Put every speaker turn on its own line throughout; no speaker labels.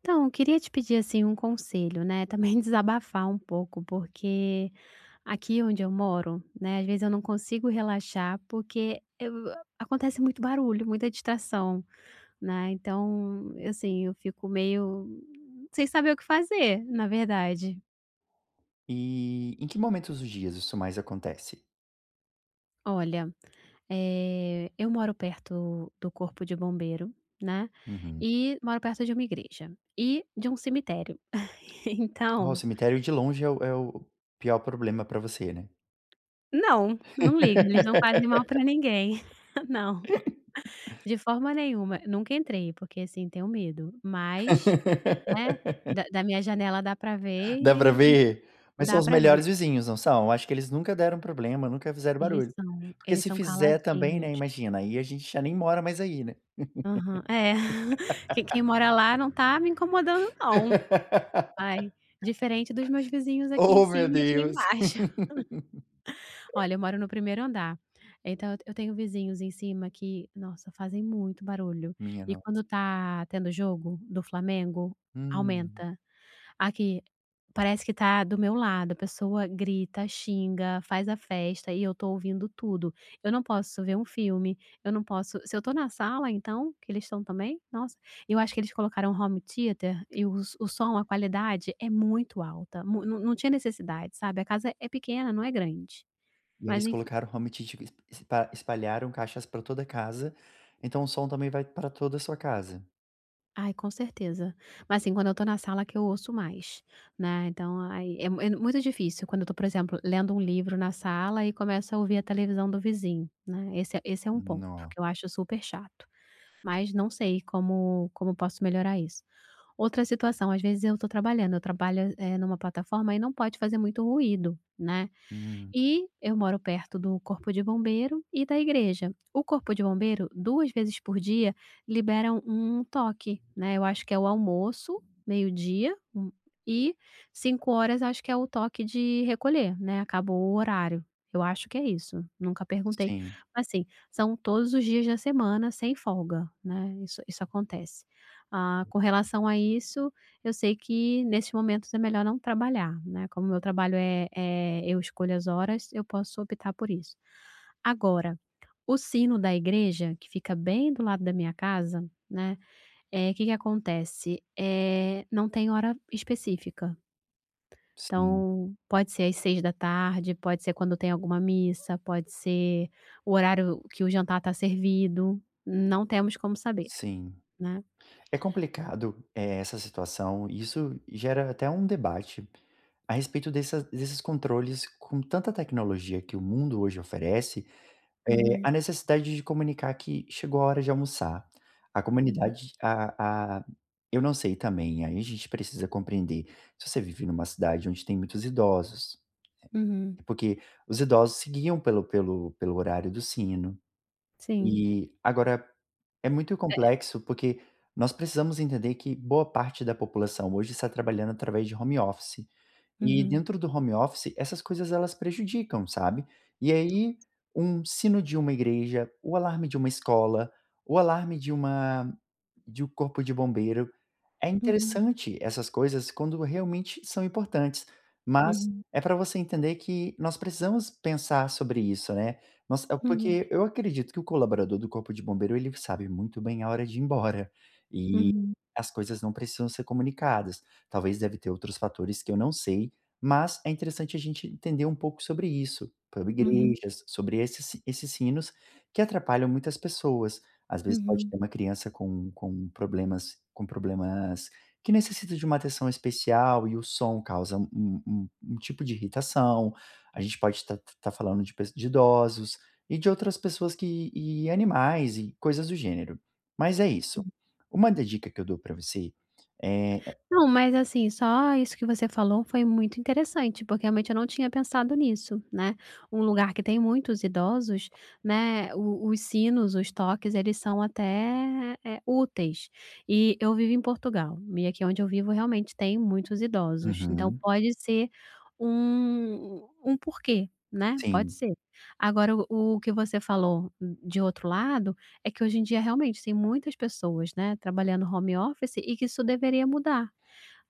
Então, eu queria te pedir, assim, um conselho, né, também desabafar um pouco, porque aqui onde eu moro, né, às vezes eu não consigo relaxar, porque eu acontece muito barulho, muita distração, né, então, assim, eu fico meio sem saber o que fazer, na verdade.
E em que momentos dos dias isso mais acontece?
Olha, eu moro perto do corpo de bombeiro, né,
Uhum.
e moro perto de uma igreja e de um cemitério.
Oh, o
Então
cemitério de longe é o pior problema pra você, né.
Não, não ligo, eles não fazem mal pra ninguém. Não, de forma nenhuma. Nunca entrei, porque, assim, tenho medo, mas, né, da minha janela dá pra ver
Dá pra
e no
ver? Mas são
dá
os
pra ver, mas
melhores vizinhos, não são? Acho que eles nunca deram problema, nunca fizeram
eles
barulho.
são
Porque
eles
se
são
fizer também, né,
caladinhos.
imagina, aí a gente já nem mora mais aí, né.
Aham, é. Que quem mora lá não tá me incomodando não. Ai, diferente dos meus vizinhos aqui em
Oh, meu
cima e aqui
Deus!
embaixo. Olha, eu moro no primeiro andar, então eu tenho vizinhos em cima que, nossa, fazem muito barulho.
Minha
E quando
nossa.
tá tendo jogo do Flamengo,
Hum.
aumenta. Aqui, parece que tá do meu lado, a pessoa grita, xinga, faz a festa e eu tô ouvindo tudo. Eu não posso ver um filme, eu não posso se eu tô na sala então, que eles estão também, nossa, eu acho que eles colocaram um home theater e o som, a qualidade é muito alta, mu não tinha necessidade, sabe, a casa é pequena, não é grande.
E aí
Mas
eles
enfim.
colocaram realmente tipo espalharam caixas pra toda a casa, então o som também vai pra toda a sua casa.
Ai, com certeza. Mas, assim, quando eu tô na sala que eu ouço mais, né, então aí é mu é muito difícil quando eu tô, por exemplo, lendo um livro na sala e começo a ouvir a televisão do vizinho, né, esse é um ponto
Não.
que eu acho super chato, mas não sei como posso melhorar isso. Outra situação, às vezes eu tô trabalhando, eu trabalho, numa plataforma e não pode fazer muito ruído, né.
Hum.
E eu moro perto do corpo de bombeiro e da igreja. O corpo de bombeiro, 2 vezes por dia, liberam um toque, né, eu acho que é o almoço, meio-dia, e 5 horas acho que é o toque de recolher, né, acabou o horário. Eu acho que é isso, nunca perguntei.
Sim,
Mas assim, são todos os dias da semana sem folga, né, isso acontece. Ah, com relação a isso, eu sei que nesses momentos é melhor não trabalhar, né, como meu trabalho é, eu escolho as horas, eu posso optar por isso. Agora, o sino da igreja, que fica bem do lado da minha casa, né, que acontece? É não tem hora específica,
sim,
então pode ser às 6 da tarde, pode ser quando tem alguma missa, pode ser o horário que o jantar está servido, não temos como saber,
sim.
né.
É complicado, essa situação, e isso gera até um debate a respeito dessas desses controles com tanta tecnologia que o mundo hoje oferece,
Uhum,
a necessidade de comunicar que chegou a hora de almoçar. A
uhum,
comunidade a eu não sei também, aí a gente precisa compreender se você vive numa cidade onde tem muitos idosos,
uhum,
porque os idosos seguiam pelo horário do sino,
sim,
e agora é muito complexo, porque nós precisamos entender que boa parte da população hoje está trabalhando através de home office. E
uhum,
dentro do home office, essas coisas elas prejudicam, sabe. E aí, um sino de uma igreja, o alarme de uma escola, o alarme de uma de um corpo de bombeiro é
uhum.
interessante essas coisas quando realmente são importantes, mas
Uhum,
é para você entender que nós precisamos pensar sobre isso, né. Nós é
uhum,
porque eu acredito que o colaborador do corpo de bombeiro, ele sabe muito bem a hora de ir embora, e
uhum,
as coisas não precisam ser comunicadas. Talvez deve ter outros fatores que eu não sei, mas é interessante a gente entender um pouco sobre isso, sobre
uhum,
igrejas, sobre esses sinos que atrapalham muitas pessoas. Às
uhum,
vezes pode
uhum.
ter uma criança com problemas que necessita de uma atenção especial e o som causa um um tipo de irritação, a gente pode estar falando de pes de idosos e de outras pessoas que e animais e coisas do gênero. Mas é isso. Uma da dica que eu dou para você é
Não, mas assim, só isso que você falou foi muito interessante, porque realmente eu não tinha pensado nisso, né. Um lugar que tem muitos idosos, né, o os sinos, os toques, eles são até, úteis. E eu vivo em Portugal, e aqui onde eu vivo realmente tem muitos idosos, então
uhum,
pode ser um porquê, né, pode
sim.
ser. Agora o que você falou de outro lado, é que hoje em dia realmente tem muitas pessoas, né, trabalhando home office e que isso deveria mudar,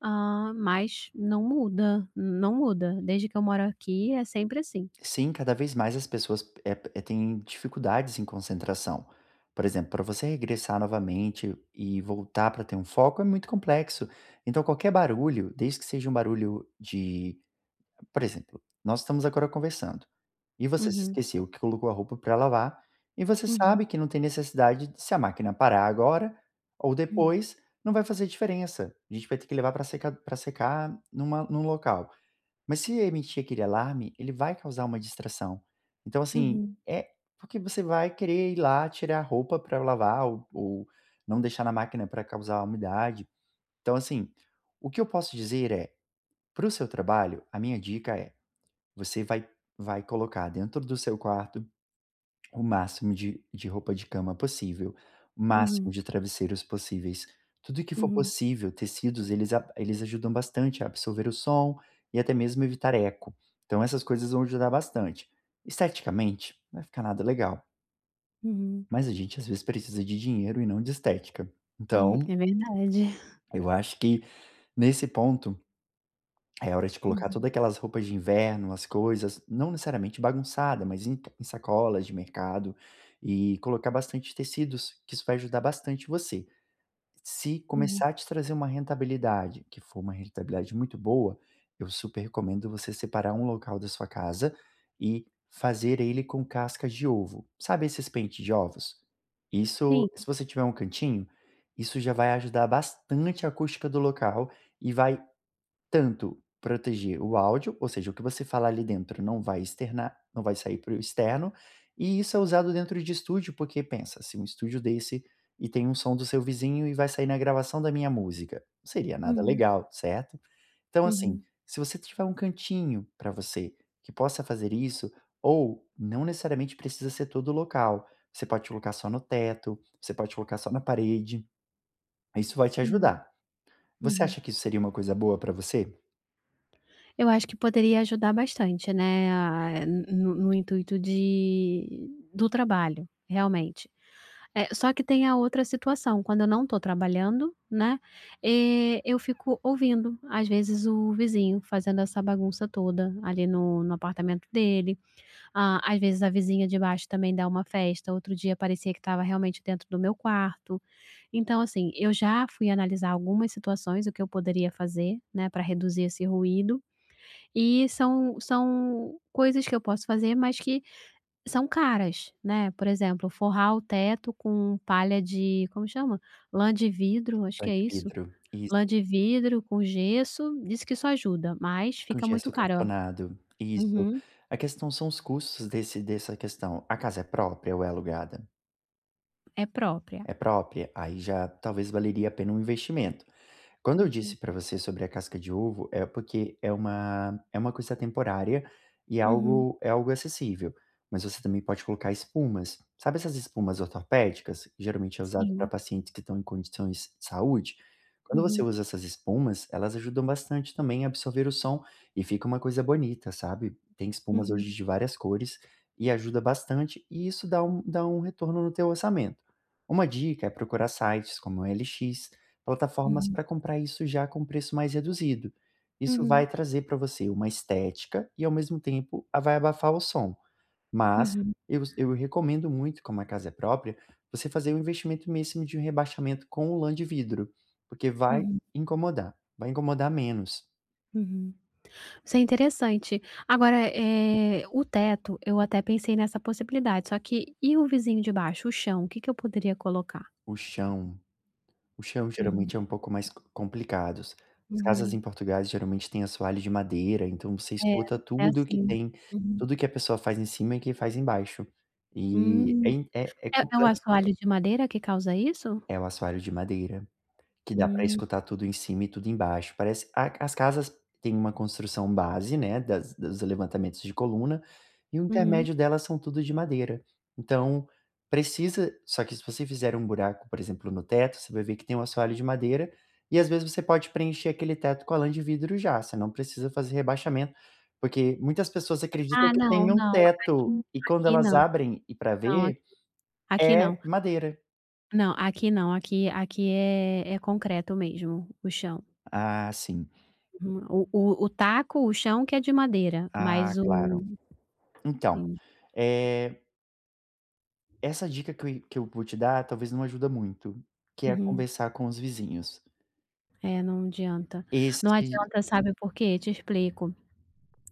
ah, mas não muda, não muda. Desde que eu moro aqui é sempre assim.
Sim, cada vez mais as pessoas têm dificuldades em concentração. Por exemplo, para você regressar novamente e voltar para ter um foco é muito complexo. Então, qualquer barulho, desde que seja um barulho de. Por exemplo, nós estamos agora conversando e você se
Uhum,
esqueceu que colocou a roupa para lavar e você
uhum,
sabe que não tem necessidade de, se a máquina parar agora ou
hum,
depois, não vai fazer diferença. A gente vai ter que levar para secar numa, num local. Mas se emitir aquele alarme, ele vai causar uma distração. Então, assim,
uhum,
é porque você vai querer ir lá tirar a roupa para lavar ou não deixar na máquina para causar umidade. Então, assim, o que eu posso dizer é, para o seu trabalho, a minha dica é: você vai colocar dentro do seu quarto o máximo de roupa de cama possível, o
uhum,
máximo de travesseiros possíveis, tudo que for
uhum,
possível, tecidos eles ajudam bastante a absorver o som e até mesmo evitar eco, então essas coisas vão ajudar bastante. Esteticamente, não vai ficar nada legal,
uhum, uhum.
mas a gente às vezes precisa de dinheiro e não de estética. Então,
É verdade.
eu acho que nesse ponto é hora de colocar
Uhum,
todas aquelas roupas de inverno, as coisas, não necessariamente bagunçada, mas em sacolas de mercado e colocar bastante tecidos, que isso vai ajudar bastante você. Se
uhum,
começar a te trazer uma rentabilidade, que for uma rentabilidade muito boa, eu super recomendo você separar um local da sua casa e fazer ele com cascas de ovo. Sabe esses pentes de ovos?
Sim.
Isso, se você tiver um cantinho, isso já vai ajudar bastante a acústica do local e vai tanto proteger o áudio, ou seja, o que você falar ali dentro não vai externar, não vai sair para o externo, e isso é usado dentro de estúdio, porque pensa, se um estúdio desse e tem um som do seu vizinho e vai sair na gravação da minha música, não seria nada
Uhum,
legal, certo? Então, assim,
uhum,
se você tiver um cantinho para você que possa fazer isso, ou não necessariamente precisa ser todo local, você pode colocar só no teto, você pode colocar só na parede, isso vai te
uhum,
ajudar. Você
uhum.
acha que isso seria uma coisa boa para você?
Eu acho que poderia ajudar bastante, né, a no intuito de do trabalho, realmente. Só que tem a outra situação, quando eu não estou trabalhando, né, eu fico ouvindo, às vezes, o vizinho fazendo essa bagunça toda ali no apartamento dele, ah, às vezes a vizinha de baixo também dá uma festa, outro dia parecia que estava realmente dentro do meu quarto. Então, assim, eu já fui analisar algumas situações, o que eu poderia fazer, né, para reduzir esse ruído, e são coisas que eu posso fazer, mas que são caras, né, por exemplo, forrar o teto com palha de como chama? Lã de vidro, acho que
Pan
é
de
isso.
vidro,
Lã
isso,
de vidro com gesso, diz que isso ajuda, mas
com
fica muito
gesso
caro. Ó.
cartonado, isso.
Uhum.
A questão são os custos desse dessa questão. A casa é própria ou é alugada?
É própria.
É própria? Aí já talvez valeria a pena um investimento. Quando eu
Uhum.
disse para você sobre a casca de ovo, é porque é uma coisa temporária e
Uhum.
é algo acessível, mas você também pode colocar espumas. Sabe essas espumas ortopédicas? Geralmente é usado pra
Sim.
pacientes que estão em condições de saúde. Quando você
Uhum.
usa essas espumas, elas ajudam bastante também a absorver o som e fica uma coisa bonita, sabe? Tem espumas
Uhum.
hoje de várias cores e ajuda bastante, e isso dá um retorno no teu orçamento. Uma dica é procurar sites como o OLX. Plataformas
Uhum.
para comprar isso já com preço mais reduzido. Isso
Uhum.
vai trazer para você uma estética e, ao mesmo tempo, a vai abafar o som. Mas
Uhum.
eu recomendo muito, como a casa é própria, você fazer um investimento mesmo de um rebaixamento com o lã de vidro, porque
Uhum.
vai incomodar menos
Uhum. Isso é interessante. Agora, o teto, eu até pensei nessa possibilidade, só que e o vizinho de baixo, o chão, o que que eu poderia colocar?
o chão. O chão
Uhum,
geralmente é um pouco mais complicados. As casas em
uhum.
Portugal geralmente têm assoalho de madeira, então você
É,
escuta
é assim. Uhum.
tudo que a pessoa faz em cima e que faz embaixo. E é
Hum.
in é é
É o
comple
assoalho de madeira que causa isso?
é o assoalho de madeira. Que dá para
Hum,
escutar tudo em cima e tudo embaixo. Parece a as casas têm uma construção base, né, das dos levantamentos de coluna, e o
uhum.
intermédio delas são tudo de madeira. Então, precisa só que se você fizer um buraco, por exemplo, no teto, você vai ver que tem um assoalho de madeira, e às vezes você pode preencher aquele teto com a lã de vidro já, você não precisa fazer rebaixamento, porque muitas pessoas acreditam
Ah,
que
não,
tem um
não,
teto,
aqui
e quando
aqui
elas
não,
abrem e para
não, aqui
ver,
aqui não.
é madeira.
Não, aqui não, aqui é concreto mesmo, o chão.
Ah, sim.
Uhum. O taco, o chão que é de madeira,
Ah,
mas o
claro. Então
entendi.
Eh, essa dica que eu vou te dar talvez não ajuda muito, que é
Uhum.
conversar com os vizinhos.
É, não adianta. Não
Esse
adianta, sabe por quê? Te explico.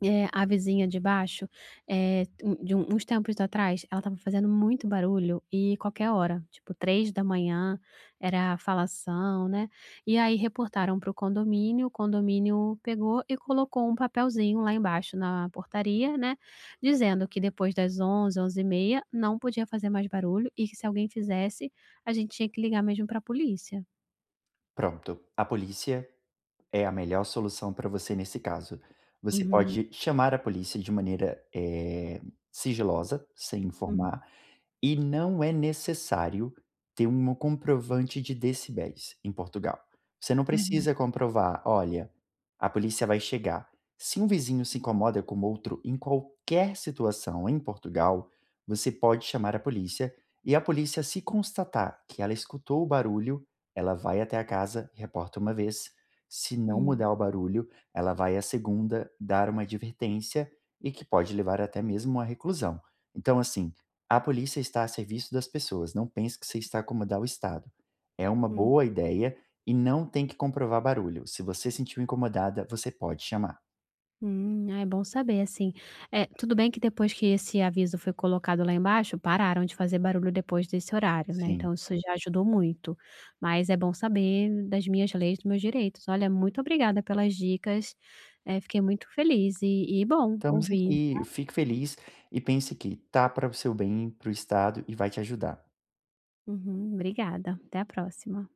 A vizinha de baixo, uns tempos atrás, ela estava fazendo muito barulho e qualquer hora, tipo 3 da manhã, era falação, né. E aí reportaram para o condomínio pegou e colocou um papelzinho lá embaixo na portaria, né, dizendo que depois das 11, 11:30, não podia fazer mais barulho e que se alguém fizesse, a gente tinha que ligar mesmo para a polícia.
pronto, a polícia é a melhor solução para você nesse caso. Você
Uhum,
pode chamar a polícia de maneira, eh, sigilosa, sem
uhum,
informar. E não é necessário ter um comprovante de decibéis em Portugal. Você não
uhum.
precisa comprovar: "Olha, a polícia vai chegar". Se um vizinho se incomoda com outro em qualquer situação em Portugal, você pode chamar a polícia e a polícia, se constatar que ela escutou o barulho, ela vai até a casa, reporta uma vez. Se não
Hum,
mudar o barulho, ela vai à segunda, dar uma advertência e que pode levar até mesmo à reclusão. Então assim, a polícia está a serviço das pessoas, não pense que você está a acomodar o Estado. É uma
uhum.
boa ideia e não tem que comprovar barulho. Se você se sentiu incomodada, você pode chamar.
Ah, é bom saber, assim. É tudo bem que depois que esse aviso foi colocado lá embaixo, pararam de fazer barulho depois desse horário, né,
Sim.
então isso já ajudou muito. Mas é bom saber das minhas leis, dos meus direitos. Olha, muito obrigada pelas dicas, fiquei muito feliz e bom
Estamos
ouvir.
aqui, fique feliz e pense que tá para o seu bem, para o Estado e vai te ajudar.
Uhum, obrigada, até a próxima.